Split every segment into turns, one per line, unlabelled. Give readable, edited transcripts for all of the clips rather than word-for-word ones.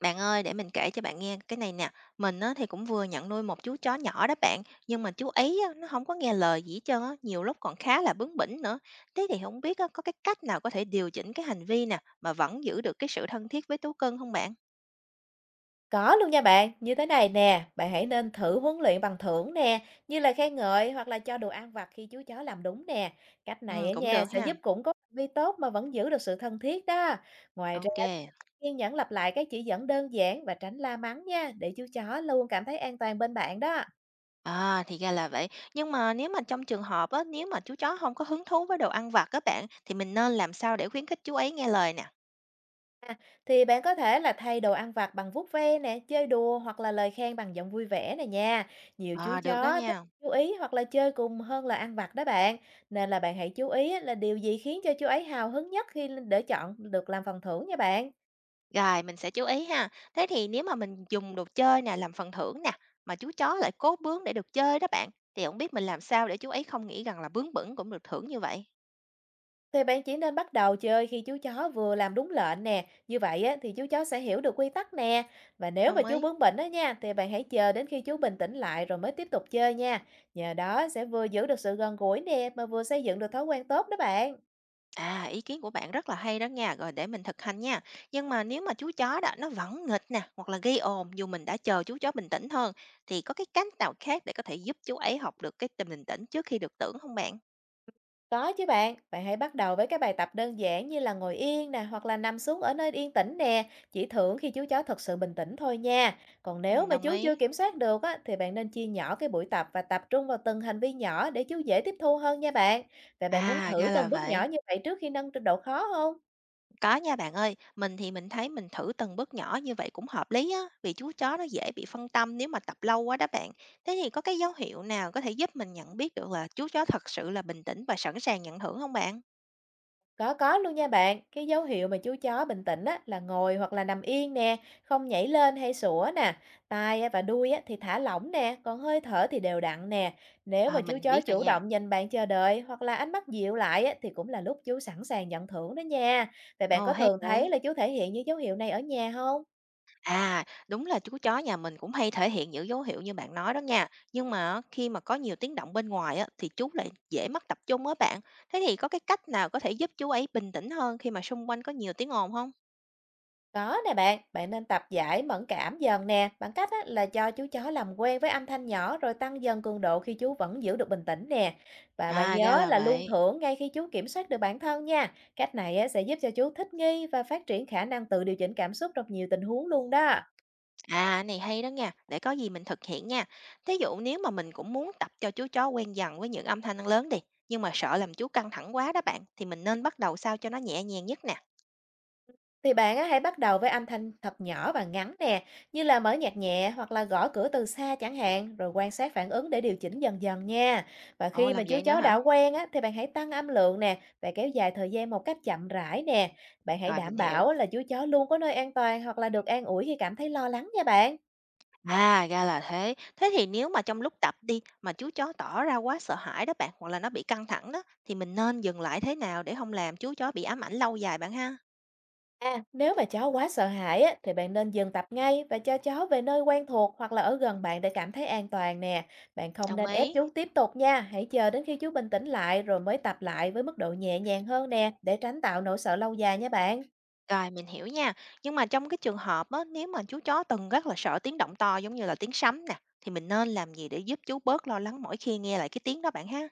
Bạn ơi, để mình kể cho bạn nghe cái này nè. Mình á, thì cũng vừa nhận nuôi một chú chó nhỏ đó bạn. Nhưng mà chú ấy á, nó không có nghe lời gì hết trơn á. Nhiều lúc còn khá là bướng bỉnh nữa. Thế thì không biết á, có cái cách nào có thể điều chỉnh cái hành vi nè mà vẫn giữ được cái sự thân thiết với thú cưng không bạn?
Có luôn nha bạn, như thế này nè, bạn hãy nên thử huấn luyện bằng thưởng nè, như là khen ngợi hoặc là cho đồ ăn vặt khi chú chó làm đúng nè. Cách này
Ừ,
á
cũng
nha,
được
sẽ
ha.
giúp củng cố hành vi tốt mà vẫn giữ được sự thân thiết đó. Ngoài ra,
Ok.
kiên nhẫn lặp lại các chỉ dẫn đơn giản và tránh la mắng nha, để chú chó luôn cảm thấy an toàn bên bạn đó.
À, thì ra là vậy. Nhưng mà nếu mà trong trường hợp á, nếu mà chú chó không có hứng thú với đồ ăn vặt các bạn, thì mình nên làm sao để khuyến khích chú ấy nghe lời nè?
À, thì bạn có thể là thay đồ ăn vặt bằng vuốt ve nè, chơi đùa hoặc là lời khen bằng giọng vui vẻ này nha. Nhiều chú
À, được đó
chó thích
nha.
chú ý hoặc là chơi cùng hơn là ăn vặt đó bạn. Nên là bạn hãy chú ý á, là điều gì khiến cho chú ấy hào hứng nhất khi để chọn được làm phần thưởng nha bạn.
Rồi, mình sẽ chú ý ha. Thế thì nếu mà mình dùng đồ chơi nè, làm phần thưởng nè, mà chú chó lại cố bướng để được chơi đó bạn, thì không biết mình làm sao để chú ấy không nghĩ rằng là bướng bỉnh cũng được thưởng như vậy?
Thì bạn chỉ nên bắt đầu chơi khi chú chó vừa làm đúng lệnh nè. Như vậy á, thì chú chó sẽ hiểu được quy tắc nè. Và nếu mà
Đồng
chú
ý.
bướng bỉnh đó nha, thì bạn hãy chờ đến khi chú bình tĩnh lại rồi mới tiếp tục chơi nha. Nhờ đó sẽ vừa giữ được sự gần gũi nè, mà vừa xây dựng được thói quen tốt đó bạn.
À, ý kiến của bạn rất là hay đó nha, rồi để mình thực hành nha. Nhưng mà nếu mà chú chó đó nó vẫn nghịch nè, hoặc là gây ồn dù mình đã chờ chú chó bình tĩnh hơn, thì có cái cách nào khác để có thể giúp chú ấy học được cái tình bình tĩnh trước khi được tưởng không bạn?
Có chứ bạn, bạn hãy bắt đầu với các bài tập đơn giản như là ngồi yên nè hoặc là nằm xuống ở nơi yên tĩnh nè, chỉ thưởng khi chú chó thật sự bình tĩnh thôi nha. Còn
Ừ,
nếu mà
đồng
chú chưa
ý.
kiểm soát được á, thì bạn nên chia nhỏ cái buổi tập và tập trung vào từng hành vi nhỏ để chú dễ tiếp thu hơn nha bạn. Vậy bạn muốn
À,
thử
ra là
từng bước nhỏ
vậy.
như vậy trước khi nâng độ khó không?
Có nha bạn ơi, mình thì mình thấy mình thử từng bước nhỏ như vậy cũng hợp lý á, vì chú chó nó dễ bị phân tâm nếu mà tập lâu quá đó bạn. Thế thì có cái dấu hiệu nào có thể giúp mình nhận biết được là chú chó thật sự là bình tĩnh và sẵn sàng nhận thưởng không bạn?
Có luôn nha bạn. Cái dấu hiệu mà chú chó bình tĩnh á, là ngồi hoặc là nằm yên nè, không nhảy lên hay sủa nè, tai á, và đuôi á, thì thả lỏng nè, còn hơi thở thì đều đặn nè. Nếu mà
À,
chú
mình
chó
biết rồi
chủ
nha.
động nhìn bạn chờ đợi hoặc là ánh mắt dịu lại á, thì cũng là lúc chú sẵn sàng nhận thưởng đó nha. Vậy bạn
Ồ
có
hay
thường thấy
vậy.
là chú thể hiện những dấu hiệu này ở nhà không?
À, đúng là chú chó nhà mình cũng hay thể hiện những dấu hiệu như bạn nói đó nha. Nhưng mà khi mà có nhiều tiếng động bên ngoài á, thì chú lại dễ mất tập trung á bạn. Thế thì có cái cách nào có thể giúp chú ấy bình tĩnh hơn khi mà xung quanh có nhiều tiếng ồn không?
Có nè bạn, bạn nên tập giải mẫn cảm dần nè, bằng cách á, là cho chú chó làm quen với âm thanh nhỏ rồi tăng dần cường độ khi chú vẫn giữ được bình tĩnh nè. Và bạn
À, ra
nhớ
là
là luôn
vậy.
thưởng ngay khi chú kiểm soát được bản thân nha. Cách này á, sẽ giúp cho chú thích nghi và phát triển khả năng tự điều chỉnh cảm xúc trong nhiều tình huống luôn đó.
À, này hay đó nha, để có gì mình thực hiện nha. Thí dụ nếu mà mình cũng muốn tập cho chú chó quen dần với những âm thanh lớn đi, nhưng mà sợ làm chú căng thẳng quá đó bạn, thì mình nên bắt đầu sao cho nó nhẹ nhàng nhất nè.
Thì bạn á, hãy bắt đầu với âm thanh thật nhỏ và ngắn nè, như là mở nhạc nhẹ hoặc là gõ cửa từ xa chẳng hạn, rồi quan sát phản ứng để điều chỉnh dần dần nha. Và
Ồ,
khi mà
làm
chú
vậy nữa
chó đã
hả?
quen á, thì bạn hãy tăng âm lượng nè và kéo dài thời gian một cách chậm rãi nè. Bạn hãy
Rồi
đảm
mình
bảo
hiểu.
là chú chó luôn có nơi an toàn hoặc là được an ủi khi cảm thấy lo lắng nha bạn.
À, ra là thế. Thế thì nếu mà trong lúc tập đi mà chú chó tỏ ra quá sợ hãi đó bạn, hoặc là nó bị căng thẳng đó, thì mình nên dừng lại thế nào để không làm chú chó bị ám ảnh lâu dài bạn ha?
À, nếu mà cháu quá sợ hãi á, thì bạn nên dừng tập ngay và cho cháu về nơi quen thuộc hoặc là ở gần bạn để cảm thấy an toàn nè. Bạn không
Đồng
nên ép
ý.
chú tiếp tục nha. Hãy chờ đến khi chú bình tĩnh lại rồi mới tập lại với mức độ nhẹ nhàng hơn nè để tránh tạo nỗi sợ lâu dài nha bạn.
Rồi, mình hiểu nha. Nhưng mà trong cái trường hợp á, nếu mà chú chó từng rất là sợ tiếng động to giống như là tiếng sấm nè, thì mình nên làm gì để giúp chú bớt lo lắng mỗi khi nghe lại cái tiếng đó bạn ha?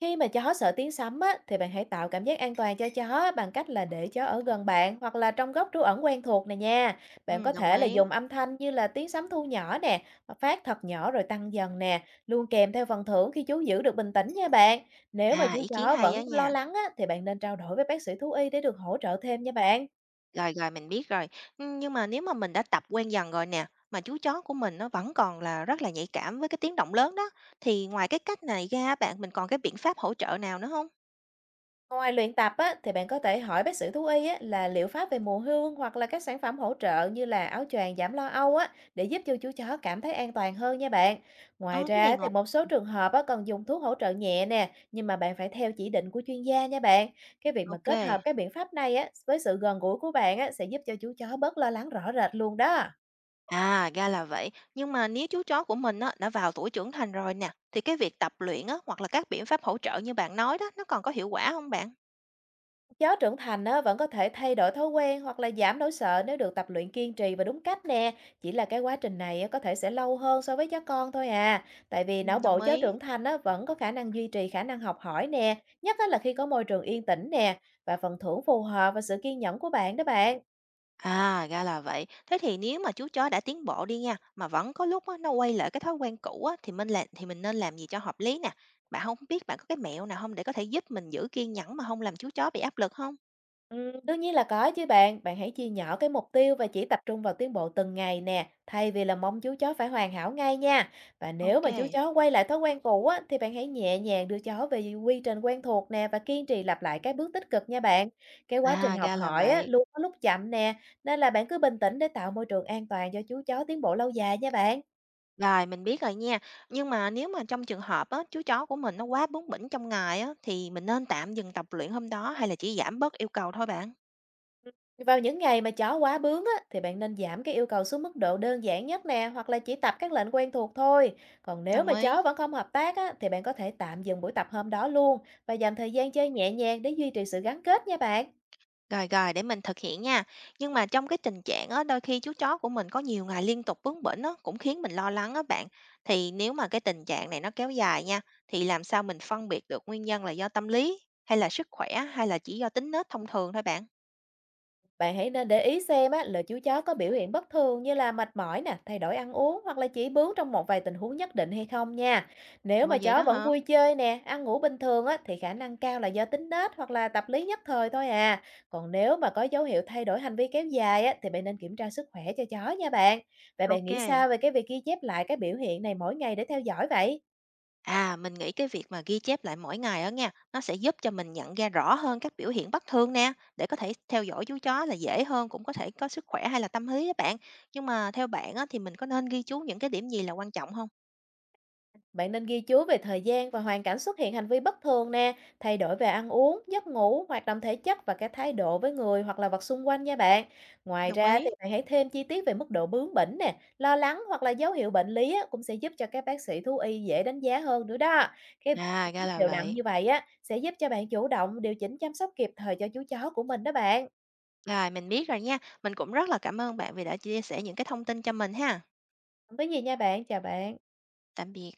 Khi mà chó sợ tiếng sấm á, thì bạn hãy tạo cảm giác an toàn cho chó bằng cách là để chó ở gần bạn hoặc là trong góc trú ẩn quen thuộc này nha. Bạn
Ừ,
có
đồng
thể là dùng
ý.
âm thanh như là tiếng sấm thu nhỏ nè, hoặc phát thật nhỏ rồi tăng dần nè, luôn kèm theo phần thưởng khi chú giữ được bình tĩnh nha bạn. Nếu mà
À,
chú
ý kiến
chó
hay
vẫn
á
lo
nha.
lắng á, thì bạn nên trao đổi với bác sĩ thú y để được hỗ trợ thêm nha bạn.
Rồi rồi mình biết rồi. Ừ, nhưng mà nếu mà mình đã tập quen dần rồi nè, mà chú chó của mình nó vẫn còn là rất là nhạy cảm với cái tiếng động lớn đó, thì ngoài cái cách này ra bạn mình còn cái biện pháp hỗ trợ nào nữa không?
Ngoài luyện tập á, thì bạn có thể hỏi bác sĩ thú y á, là liệu pháp về mùa hương hoặc là các sản phẩm hỗ trợ như là áo choàng giảm lo âu á, để giúp cho chú chó cảm thấy an toàn hơn nha bạn. Ngoài
Ờ, cái này
ra thì
ngộ.
một số trường hợp á, còn dùng thuốc hỗ trợ nhẹ nè, nhưng mà bạn phải theo chỉ định của chuyên gia nha bạn. Cái việc mà
Ok.
kết hợp các biện pháp này á, với sự gần gũi của bạn á, sẽ giúp cho chú chó bớt lo lắng rõ rệt luôn đó.
À, ra là vậy. Nhưng mà nếu chú chó của mình á, đã vào tuổi trưởng thành rồi nè, thì cái việc tập luyện á, hoặc là các biện pháp hỗ trợ như bạn nói đó, nó còn có hiệu quả không bạn?
Chó trưởng thành á, vẫn có thể thay đổi thói quen hoặc là giảm nỗi sợ nếu được tập luyện kiên trì và đúng cách nè. Chỉ là cái quá trình này á, có thể sẽ lâu hơn so với chó con thôi à. Tại vì
Ừ,
não bộ
đồng
chó
ý.
trưởng thành á, vẫn có khả năng duy trì khả năng học hỏi nè. Nhất á là khi có môi trường yên tĩnh nè. Và phần thưởng phù hợp và sự kiên nhẫn của bạn đó bạn.
À, ra là vậy. Thế thì nếu mà chú chó đã tiến bộ đi nha, mà vẫn có lúc á, nó quay lại cái thói quen cũ á, thì mình nên làm gì cho hợp lý nè? Bạn không biết bạn có cái mẹo nào không để có thể giúp mình giữ kiên nhẫn mà không làm chú chó bị áp lực không?
Đương nhiên là có chứ bạn. Bạn hãy chia nhỏ cái mục tiêu và chỉ tập trung vào tiến bộ từng ngày nè, thay vì là mong chú chó phải hoàn hảo ngay nha. Và nếu
Ok.
mà chú chó quay lại thói quen cũ á, thì bạn hãy nhẹ nhàng đưa chó về quy trình quen thuộc nè và kiên trì lặp lại các bước tích cực nha bạn. Cái quá trình
À,
học
ra là
hỏi á,
vậy.
luôn có lúc chậm nè, nên là bạn cứ bình tĩnh để tạo môi trường an toàn cho chú chó tiến bộ lâu dài nha bạn.
Rồi, mình biết rồi nha. Nhưng mà nếu mà trong trường hợp á, chú chó của mình nó quá bướng bỉnh trong ngày á, thì mình nên tạm dừng tập luyện hôm đó hay là chỉ giảm bớt yêu cầu thôi bạn?
Vào những ngày mà chó quá bướng á, thì bạn nên giảm cái yêu cầu xuống mức độ đơn giản nhất nè, hoặc là chỉ tập các lệnh quen thuộc thôi. Còn nếu
Đồng
mà
ý.
chó vẫn không hợp tác á, thì bạn có thể tạm dừng buổi tập hôm đó luôn và dành thời gian chơi nhẹ nhàng để duy trì sự gắn kết nha bạn.
Rồi rồi, để mình thực hiện nha. Nhưng mà trong cái tình trạng á, đôi khi chú chó của mình có nhiều ngày liên tục bướng bỉnh á, cũng khiến mình lo lắng á bạn. Thì nếu mà cái tình trạng này nó kéo dài nha, thì làm sao mình phân biệt được nguyên nhân là do tâm lý hay là sức khỏe hay là chỉ do tính nết thông thường thôi bạn?
Bạn hãy nên để ý xem á, là chú chó có biểu hiện bất thường như là mệt mỏi nè, thay đổi ăn uống hoặc là chỉ bướng trong một vài tình huống nhất định hay không nha. Nếu
Ồ
mà
vậy
chó
đó
vẫn
hả?
vui chơi nè, ăn ngủ bình thường á, thì khả năng cao là do tính nết hoặc là tập lý nhất thời thôi à. Còn nếu mà có dấu hiệu thay đổi hành vi kéo dài á, thì bạn nên kiểm tra sức khỏe cho chó nha bạn. Vậy bạn
Ok.
nghĩ sao về cái việc ghi chép lại cái biểu hiện này mỗi ngày để theo dõi vậy?
À, mình nghĩ cái việc mà ghi chép lại mỗi ngày á nha, nó sẽ giúp cho mình nhận ra rõ hơn các biểu hiện bất thường nè, để có thể theo dõi chú chó là dễ hơn, cũng có thể có sức khỏe hay là tâm lý á bạn. Nhưng mà theo bạn á, thì mình có nên ghi chú những cái điểm gì là quan trọng không?
Bạn nên ghi chú về thời gian và hoàn cảnh xuất hiện hành vi bất thường nè, thay đổi về ăn uống, giấc ngủ, hoạt động thể chất và cái thái độ với người hoặc là vật xung quanh nha bạn. Ngoài
Đồng
ra thì
ý.
bạn hãy thêm chi tiết về mức độ bướng bỉnh nè, lo lắng hoặc là dấu hiệu bệnh lý á, cũng sẽ giúp cho các bác sĩ thú y dễ đánh giá hơn nữa đó. Cái
À, ra
việc
là
đều đặn
vậy.
như vậy á sẽ giúp cho bạn chủ động điều chỉnh chăm sóc kịp thời cho chú chó của mình đó bạn.
Rồi, mình biết rồi nha. Mình cũng rất là cảm ơn bạn vì đã chia sẻ những cái thông tin cho mình ha.
Không có gì nha bạn, chào bạn.
Tạm biệt.